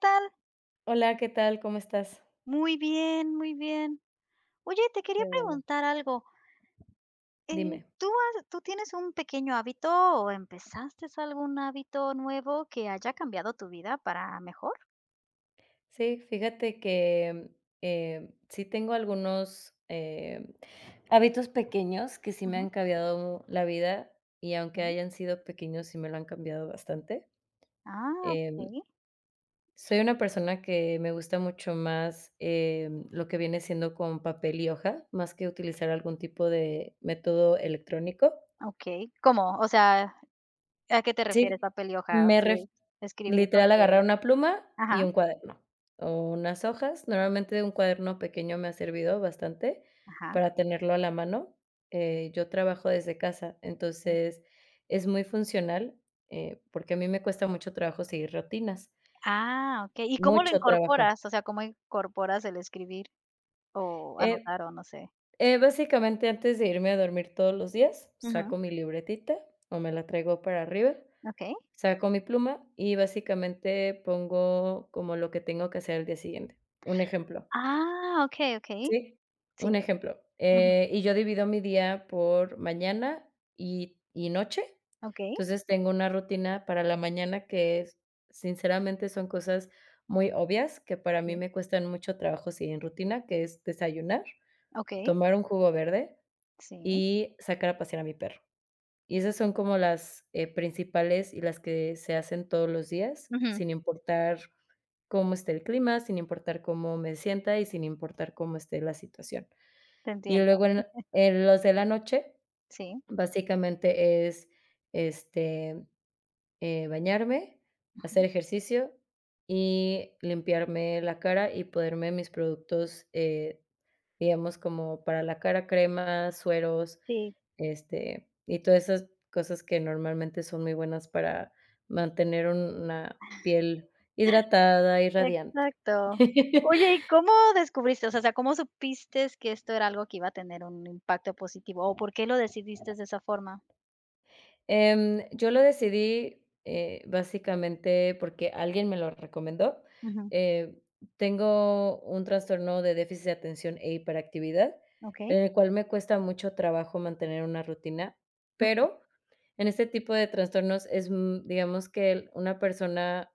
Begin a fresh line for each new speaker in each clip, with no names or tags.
Tal?
Hola, ¿qué tal? ¿Cómo estás?
Muy bien, muy bien. Oye, te quería
Qué bueno.
preguntar algo. Eh,
Dime.
¿tú tú tienes un pequeño hábito o empezaste algún hábito nuevo que haya cambiado tu vida para mejor?
Sí, fíjate que, sí tengo algunos, hábitos pequeños que sí me
Ujú.
han cambiado la vida, y
Sí.
aunque hayan sido pequeños, sí me lo han cambiado bastante.
Ah,
Em,
ok,
Soy una persona que me gusta mucho más, lo que viene siendo con papel y hoja, más que utilizar algún tipo de método electrónico.
ok. ¿Cómo? O sea, ¿a qué te refieres,
Sí,
papel y hoja?
me ref
Escribir lo
literal,
que.
agarrar una pluma y
Ajá,
un cuaderno, o unas hojas. Normalmente un cuaderno pequeño me ha servido bastante
ajá.
para tenerlo a la mano. Yo trabajo desde casa,
Sí.
entonces es muy funcional, porque a mí me cuesta mucho trabajo seguir rutinas,
Ah, ok. ¿Y cómo lo
mucho trabajo.
incorporas? O sea, ¿cómo incorporas el escribir o
Eh,
anotar o no sé?
Básicamente, antes de irme a dormir todos los días,
Ujú.
saco mi libretita o me la traigo para arriba,
Ok.
saco mi pluma y básicamente pongo como lo que tengo que hacer al día siguiente. Un ejemplo.
Ah, ok, ok.
Sí,
Sí.
un ejemplo. Y yo divido mi día por mañana y noche.
Okey.
Entonces, tengo una rutina para la mañana que es sinceramente, son cosas muy obvias que para mí
Sí.
me cuestan mucho trabajo seguir en rutina, que es desayunar,
Okey,
tomar un jugo verde
sí.
y sacar a pasear a mi perro. Y esas son como las, principales y las que se hacen todos los días,
Ujú,
sin importar cómo esté el clima, sin importar cómo me sienta y sin importar cómo esté la situación.
te
Y
entiendo.
luego en los de la noche,
Sí.
básicamente es, este, bañarme,
Ujú.
hacer ejercicio y limpiarme la cara y ponerme mis productos, digamos, como para la cara, cremas, sueros,
Sí,
este, y todas esas cosas que normalmente son muy buenas para mantener una piel hidratada y radiante.
exacto. Oye, ¿y cómo descubriste? O sea, ¿cómo supiste que esto era algo que iba a tener un impacto positivo, o por qué lo decidiste de esa forma?
Yo lo decidí, básicamente porque alguien me lo recomendó.
Ujú,
Eh, Tengo un trastorno de déficit de atención e hiperactividad,
okey.
en el cual me cuesta mucho trabajo mantener una rutina,
Ujú,
pero en este tipo de trastornos es, digamos que una persona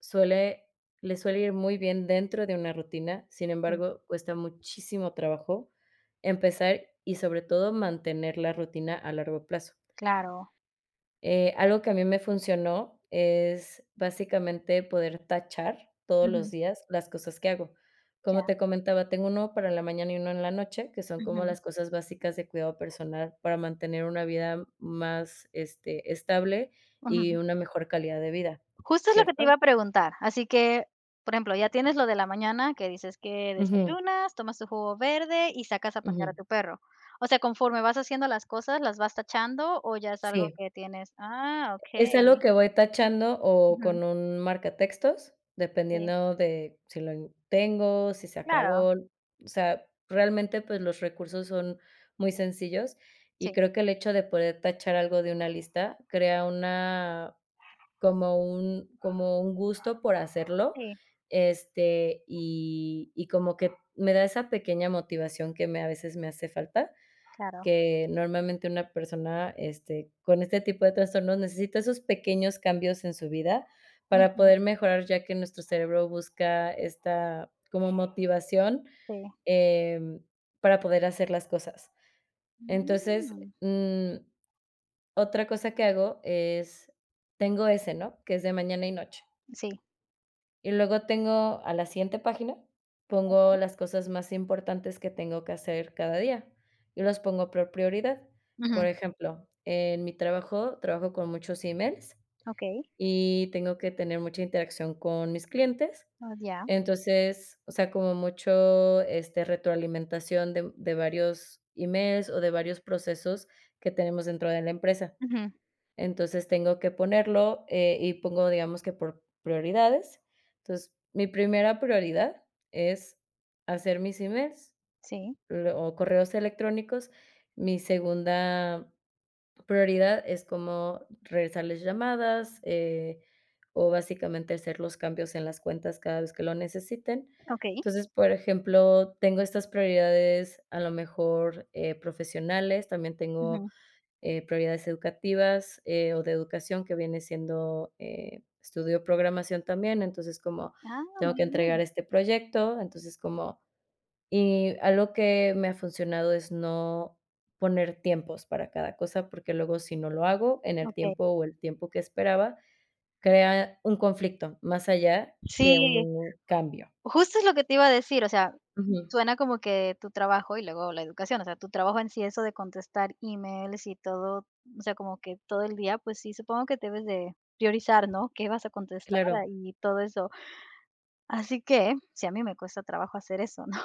suele, le suele ir muy bien dentro de una rutina, sin
sí,
embargo, cuesta muchísimo trabajo empezar y sobre todo mantener la rutina a largo plazo.
claro.
Algo que a mí me funcionó es básicamente poder tachar todos los
Ujú,
días las cosas que hago.
ya.
Como te comentaba, tengo uno para la mañana y uno en la noche, que son como
Ujú,
las cosas básicas de cuidado personal para mantener una vida más, este, estable y
ujú.
una mejor calidad de vida,
Justo es lo que te
¿cierto?
iba a preguntar. Así que, por ejemplo, ya tienes lo de la mañana que dices que
Ujú,
desayunas, tomas tu jugo verde y sacas a pasear
ujú.
a tu perro. O sea, conforme vas haciendo las cosas, ¿las vas tachando o ya es algo
Sí.
que tienes? Ah,
Es algo
okey.
que voy tachando o
Ujú,
con un marcatextos,
sí.
dependiendo de si lo en tengo, si se
Claro,
acabó. O sea, realmente, pues, los recursos son muy sencillos,
sí,
y creo que el hecho de poder tachar algo de una lista crea una como un gusto por hacerlo,
sí,
este, y como que me da esa pequeña motivación que me a veces me hace falta,
claro.
que normalmente una persona, este, con este tipo de trastornos necesita esos pequeños cambios en su vida para
Ujú,
poder mejorar, ya que nuestro cerebro busca esta como motivación,
sí.
em, para poder hacer las cosas. Entonces,
Mm,
otra cosa que hago es tengo ese, ¿no?, que es de mañana y noche.
sí,
Y luego tengo a la siguiente página, pongo
okey.
las cosas más importantes que tengo que hacer cada día y los pongo por prioridad. Por
Ujú,
ejemplo, en mi trabajo, trabajo con muchos emails
okey.
y tengo que tener mucha interacción con mis clientes.
Oh, ya.
Entonces, o sea, como mucho, este, retroalimentación de varios emails o de varios procesos que tenemos dentro de la empresa.
Ujú,
Entonces, tengo que ponerlo, y pongo, digamos que por prioridades. Entonces, mi primera prioridad es hacer mis emails,
sí,
l o correos electrónicos. Mi segunda prioridad es como regresar las llamadas, o básicamente hacer los cambios en las cuentas cada vez que lo necesiten.
okey.
Entonces, por ejemplo, tengo estas prioridades, a lo mejor, profesionales, también tengo
Ujú.
prioridades educativas, o de educación, que viene siendo, estudio programación también, entonces, como
Ah,
tengo
muy
que entregar
bien.
este proyecto, entonces, como y algo que me ha funcionado es no poner tiempos para cada cosa, porque luego si no lo hago en el
Okey.
tiempo o el tiempo que esperaba, crea un conflicto más allá
Sí.
que un cambio.
Justo es lo que te iba a decir, o sea,
Ujú.
suena como que tu trabajo y luego la educación, o sea, tu trabajo en sí, eso de contestar emails y todo, o sea, como que todo el día, pues sí, supongo que debes de priorizar, ¿no? ¿Qué vas a contestar?
Claro,
Y todo eso. Así que, sí, a mí me cuesta trabajo hacer eso, ¿no?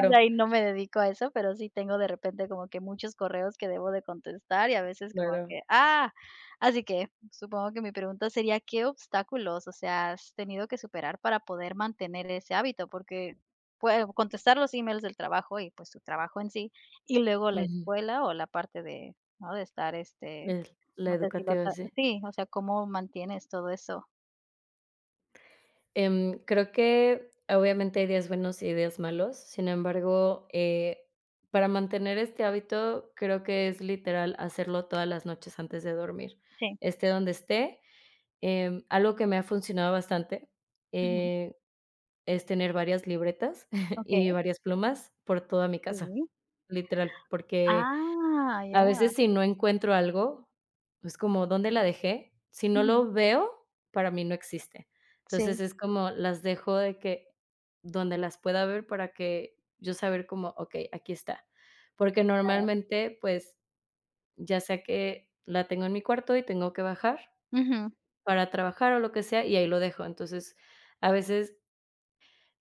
O sea, y no me dedico a eso, pero sí tengo de repente como que muchos correos que debo de contestar y a veces como
claro.
que, así que supongo que mi pregunta sería, ¿qué obstáculos, o sea, has tenido que superar para poder mantener ese hábito? Porque puedo contestar los emails del trabajo y pues tu trabajo en sí, y luego la
Ujú.
escuela o la parte de, ¿no? De estar,
Es la
no sé si
educativa, sí.
sí, o sea, ¿cómo mantienes todo eso?
Creo que obviamente hay días buenos y días malos, sin embargo, para mantener este hábito, creo que es literal hacerlo todas las noches antes de dormir,
Sí.
esté donde esté. Algo que me ha funcionado bastante,
Ujú.
eh, es tener varias libretas
Ok,
y varias plumas por toda mi casa,
sí.
literal, porque
Ah,
a
ya.
veces, si no encuentro algo, es como, ¿dónde la dejé? Si no
Ujú.
lo veo, para mí no existe.
Sí,
Entonces, es como las dejo de que donde las pueda ver para que yo saber como, okey, aquí está. Porque
claro.
normalmente, pues, ya sea que la tengo en mi cuarto y tengo que bajar
Ujú.
para trabajar o lo que sea, y ahí lo dejo. Entonces, a veces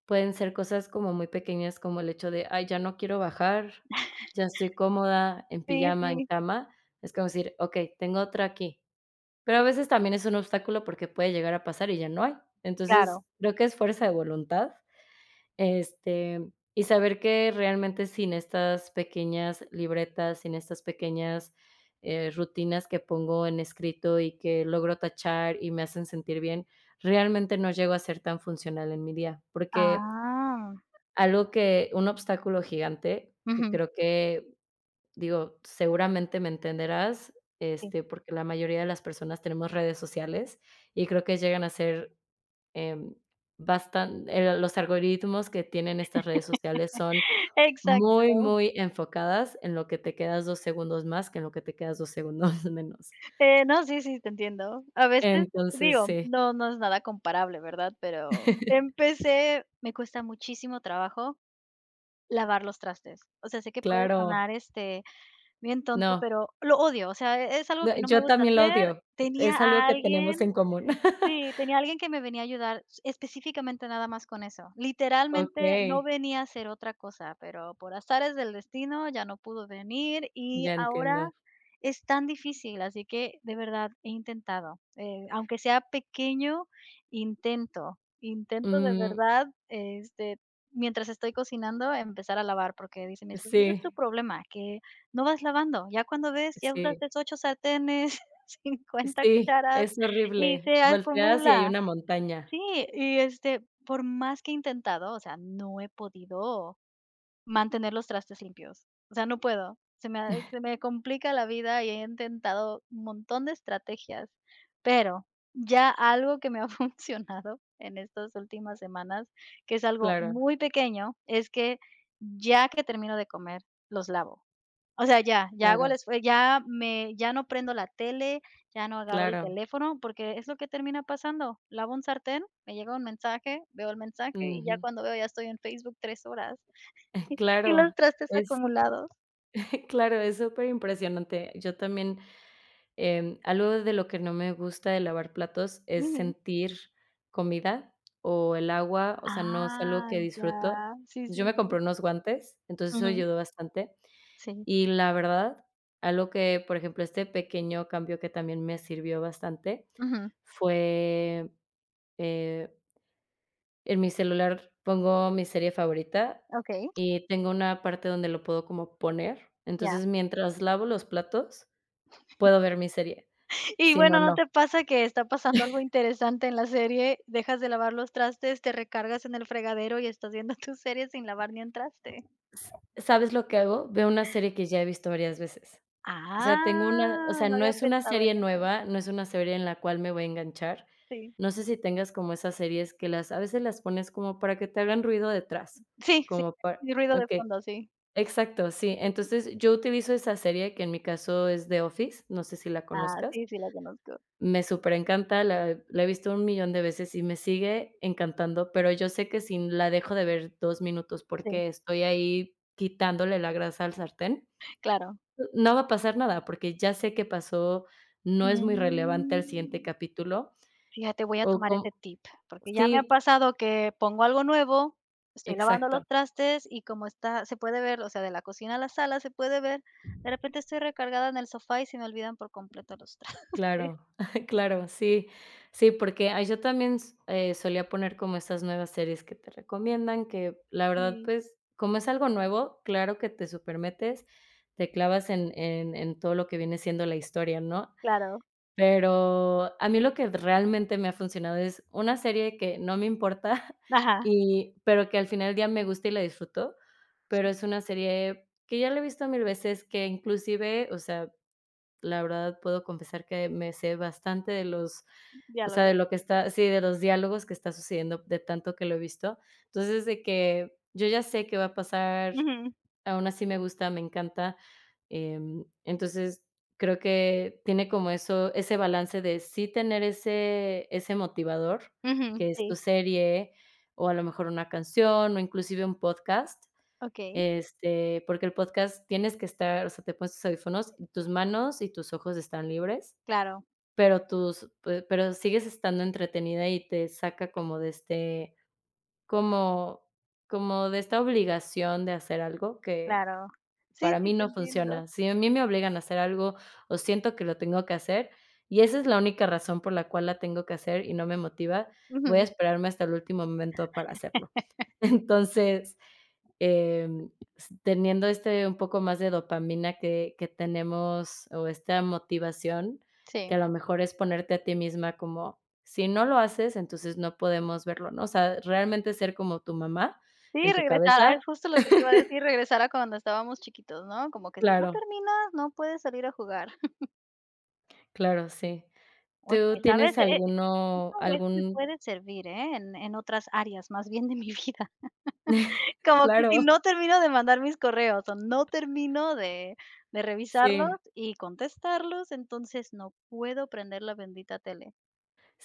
pueden ser cosas como muy pequeñas, como el hecho de: "Ay, ya no quiero bajar, ya estoy cómoda en
Sí,
pijama, en
sí,
cama". Es como decir: "Okey, tengo otra aquí". Pero a veces también es un obstáculo porque puede llegar a pasar y ya no hay. Entonces,
claro.
creo que es fuerza de voluntad, este, y saber que realmente sin estas pequeñas libretas, sin estas pequeñas, rutinas que pongo en escrito y que logro tachar y me hacen sentir bien, realmente no llego a ser tan funcional en mi día, porque
Ah,
algo que un obstáculo gigante, que
ujú,
creo que, digo, seguramente me entenderás,
sí.
este, porque la mayoría de las personas tenemos redes sociales, y creo que llegan a ser, em, bastan los algoritmos que tienen estas redes sociales son muy,
Exacto.
muy enfocadas en lo que te quedas 2 segundos más que en lo que te quedas 2 segundos menos.
No, sí, sí, te entiendo. A veces,
Entonces,
digo,
sí.
no es nada comparable, ¿verdad? Pero empecé me cuesta muchísimo trabajo lavar los trastes. O sea, sé que puede
Claro,
sonar, bien tonto,
no,
pero lo odio, o sea, es algo
no,
que no me
yo
gusta
también lo
hacer.
odio.
Tenía
Es algo
a
que tenemos
alguien
en común.
Sí, tenía alguien que me venía a ayudar específicamente nada más con eso. Literalmente no
Okey.
venía a hacer otra cosa, pero por azares del destino ya no pudo venir y
Ya
ahora
entiendo.
es tan difícil, así que de verdad he intentado, aunque sea pequeño, intento de
Mm,
verdad, mientras estoy cocinando, empezar a lavar, porque dice mi esposo, ese es tu
sí,
problema, que no vas lavando, ya cuando ves, ya
sí,
usaste ocho sartenes, 50
sí,
cucharas
es
y
horrible.
se
Volteas y hay
acumula.
una montaña.
Sí, y, por más que he intentado, o sea, no he podido mantener los trastes limpios. O sea, no puedo. Se me complica la vida y he intentado un montón de estrategias, pero ya algo que me ha funcionado en estas últimas semanas, que es algo
Claro,
muy pequeño, es que ya que termino de comer, los lavo. O sea, ya hago el
claro,
esfue ya me ya no prendo la tele, ya no agarro el
claro.
teléfono, porque es lo que termina pasando. Lavo un sartén, me llega un mensaje, veo el mensaje y ya
Ujú.
cuando veo ya estoy en Facebook 3 horas y
Claro,
los trastes
es
acumulados.
claro, es súper impresionante. Yo también, algo de lo que no me gusta de lavar platos es
Ujú.
sentir comida o el agua, o sea, no es algo
Ah,
que
ya.
disfruto.
Sí,
Yo me
sí, sí.
compré unos guantes, entonces eso
Ujú.
ayudó bastante.
Sí.
Y la verdad, algo que, por ejemplo, este pequeño cambio que también me sirvió bastante
Ujú.
fue, eh, en mi celular pongo mi serie favorita
Okey,
y tengo una parte donde lo puedo como poner.
ya.
Entonces, mientras lavo los platos, puedo ver mi serie.
Y
Si
bueno,
no,
¿no
no.
te pasa que está pasando algo interesante en la serie? ¿Dejas de lavar los trastes, te recargas en el fregadero y estás viendo tu serie sin lavar ni un traste?
¿Sabes lo que hago? Veo una serie que ya he visto varias veces. O sea, tengo una o
Ah,
sea,
no
no
había
es una
pensado
serie
en eso.
nueva, no es una serie en la cual me voy a enganchar.
Sí,
No sé si tengas como esas series que las a veces las pones como para que te hagan ruido detrás,
sí, sí,
como para
y ruido de
okey,
fondo, sí.
exacto, sí. Entonces, yo utilizo esa serie, que en mi caso es The Office, no sé si la
Ah,
conozcas.
sí, sí la conozco.
Me superencanta, la he visto un millón de veces y me sigue encantando, pero yo sé que si la dejo de ver 2 minutos
Sí,
porque estoy ahí quitándole la grasa al sartén,
claro.
no va a pasar nada, porque ya sé qué pasó, no es muy relevante al siguiente
Mm,
capítulo,
fíjate, voy a
o
tomar
con
ese tip, porque ya me ha
sí,
pasado que pongo algo nuevo, estoy lavando
exacto,
los trastes y como está se puede ver, o sea, de la cocina a la sala se puede ver, de repente estoy recargada en el sofá y se me olvidan por completo los trastes.
claro, claro, sí, sí, porque, ah, yo también, s solía poner como estas nuevas series que te recomiendan, que la verdad,
Sí,
pues, como es algo nuevo, claro que te supermetes, te clavas en todo lo que viene siendo la historia, ¿no?
claro.
Pero a mí lo que realmente me ha funcionado es una serie que no me importa
Ajá,
pero que al final del día me gusta y la disfruto, pero
sí,
es una serie que ya la he visto mil veces, que inclusive, o sea, la verdad puedo confesar que me sé bastante de los o sea, de
diálogo.
lo que está sí, de los diálogos que está sucediendo de tanto que lo he visto. Entonces, de que yo ya sé qué va a pasar
Ujú,
aún así me gusta, me encanta. Entonces, creo que tiene como eso ese balance de sí tener ese motivador,
ujú,
que es tu
sí,
serie, o a lo mejor una canción, o inclusive un podcast,
okey,
este, porque el podcast tienes que estar, o sea, te pones tus audífonos, y tus manos y tus ojos están libres,
claro.
pero tus pe pero sigues estando entretenida y te saca como de este como como de esta obligación de hacer algo que
Claro. Sí,
para
sí,
mí
te
no
entiendo.
funciona. Si a mí me obligan a hacer algo o siento que lo tengo que hacer, y esa es la única razón por la cual la tengo que hacer y no me motiva, voy a
Ujú,
esperarme hasta el último momento para hacerlo. Entonces, em, s teniendo este un poco más de dopamina que tenemos o esta motivación,
sí.
que a lo mejor es ponerte a ti misma como, si no lo haces, entonces no podemos verlo, ¿no? O sea, realmente ser como tu mamá
Sí,
en tu
es
cabeza.
justo lo que te iba a decir, regresar a cuando estábamos chiquitos, ¿no? Como que si no
Claro,
terminas, no puedes salir a jugar.
claro, sí.
Oye,
¿Tú
¿sabes?
tienes
Eso
alguno
eso me
algún?
puede servir, ¿eh? En otras áreas, más bien de mi vida. Como que
Claro,
si no termino de mandar mis correos, o no termino de
sí,
revisarlos y contestarlos, entonces no puedo prender la bendita tele.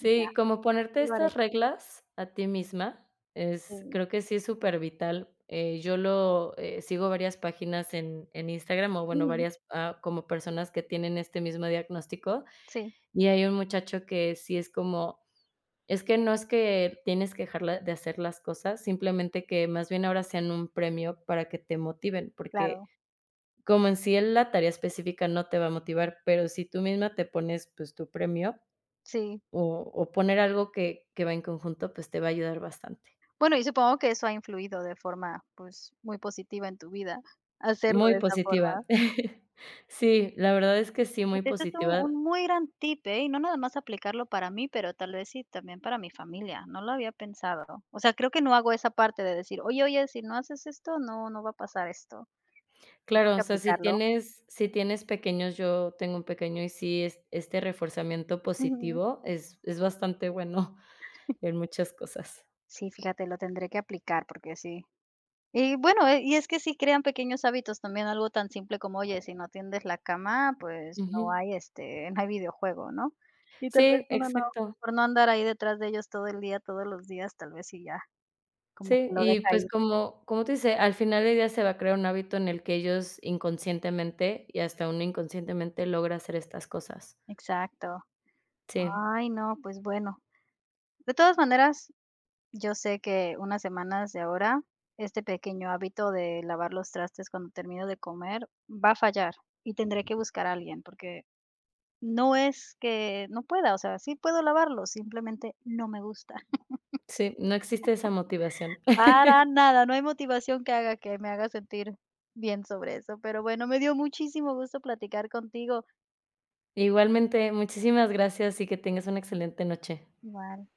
Ya,
como ponerte
lo haré.
estas reglas a ti misma es
Sí.
creo que sí es supervital. Yo lo, sigo varias páginas en Instagram, o bueno,
Ujú.
varias, como personas que tienen este mismo diagnóstico,
Sí,
y hay un muchacho que sí es como, es que no es que tienes que dejar la de hacer las cosas, simplemente que más bien ahora sean un premio para que te motiven, porque
claro.
como en sí en la tarea específica no te va a motivar, pero si tú misma te pones, pues, tu premio
Sí.
o o poner algo que va en conjunto, pues, te va a ayudar bastante.
Bueno, y supongo que eso ha influido de forma, pues, muy positiva en tu vida, hacerlo
Muy
de esa
positiva.
forma.
Sí, la verdad es que sí, muy
Fíjate, eso es un
positiva.
un muy gran tip, ¿eh? Y no nada más aplicarlo para mí, pero tal vez sí también para mi familia, no lo había pensado. O sea, creo que no hago esa parte de decir: "Oye, oye, si no haces esto, no no va a pasar esto". Tengo
Claro, o
que
sea,
aplicarlo.
si tienes pequeños, yo tengo un pequeño y sí, es este reforzamiento
Ujú.
positivo es bastante bueno en muchas cosas.
Sí, fíjate, lo tendré que aplicar porque sí. Y bueno, y es que sí crean pequeños hábitos también, algo tan simple como, oye, si no tiendes la cama, pues no
Ujú.
hay, no hay videojuego, ¿no? Y tal vez
Sí,
uno no,
exacto.
por no andar ahí detrás de ellos todo el día, todos los días, tal vez sí ya, como que
Sí,
lo
y
deja
pues
ir.
como como tú dices, al final del día se va a crear un hábito en el que ellos inconscientemente, y hasta uno inconscientemente logra hacer estas cosas.
Exacto.
Sí,
Ay, no, pues bueno. De todas maneras, yo sé que unas semanas de ahora, este pequeño hábito de lavar los trastes cuando termino de comer va a fallar y tendré que buscar a alguien porque no es que no pueda, o sea, sí puedo lavarlo, simplemente no me gusta.
sí, no existe esa motivación.
Para nada, no hay motivación que haga que me haga sentir bien sobre eso. Pero bueno, me dio muchísimo gusto platicar contigo.
Igualmente, muchísimas gracias y que tengas una excelente noche.
Igual.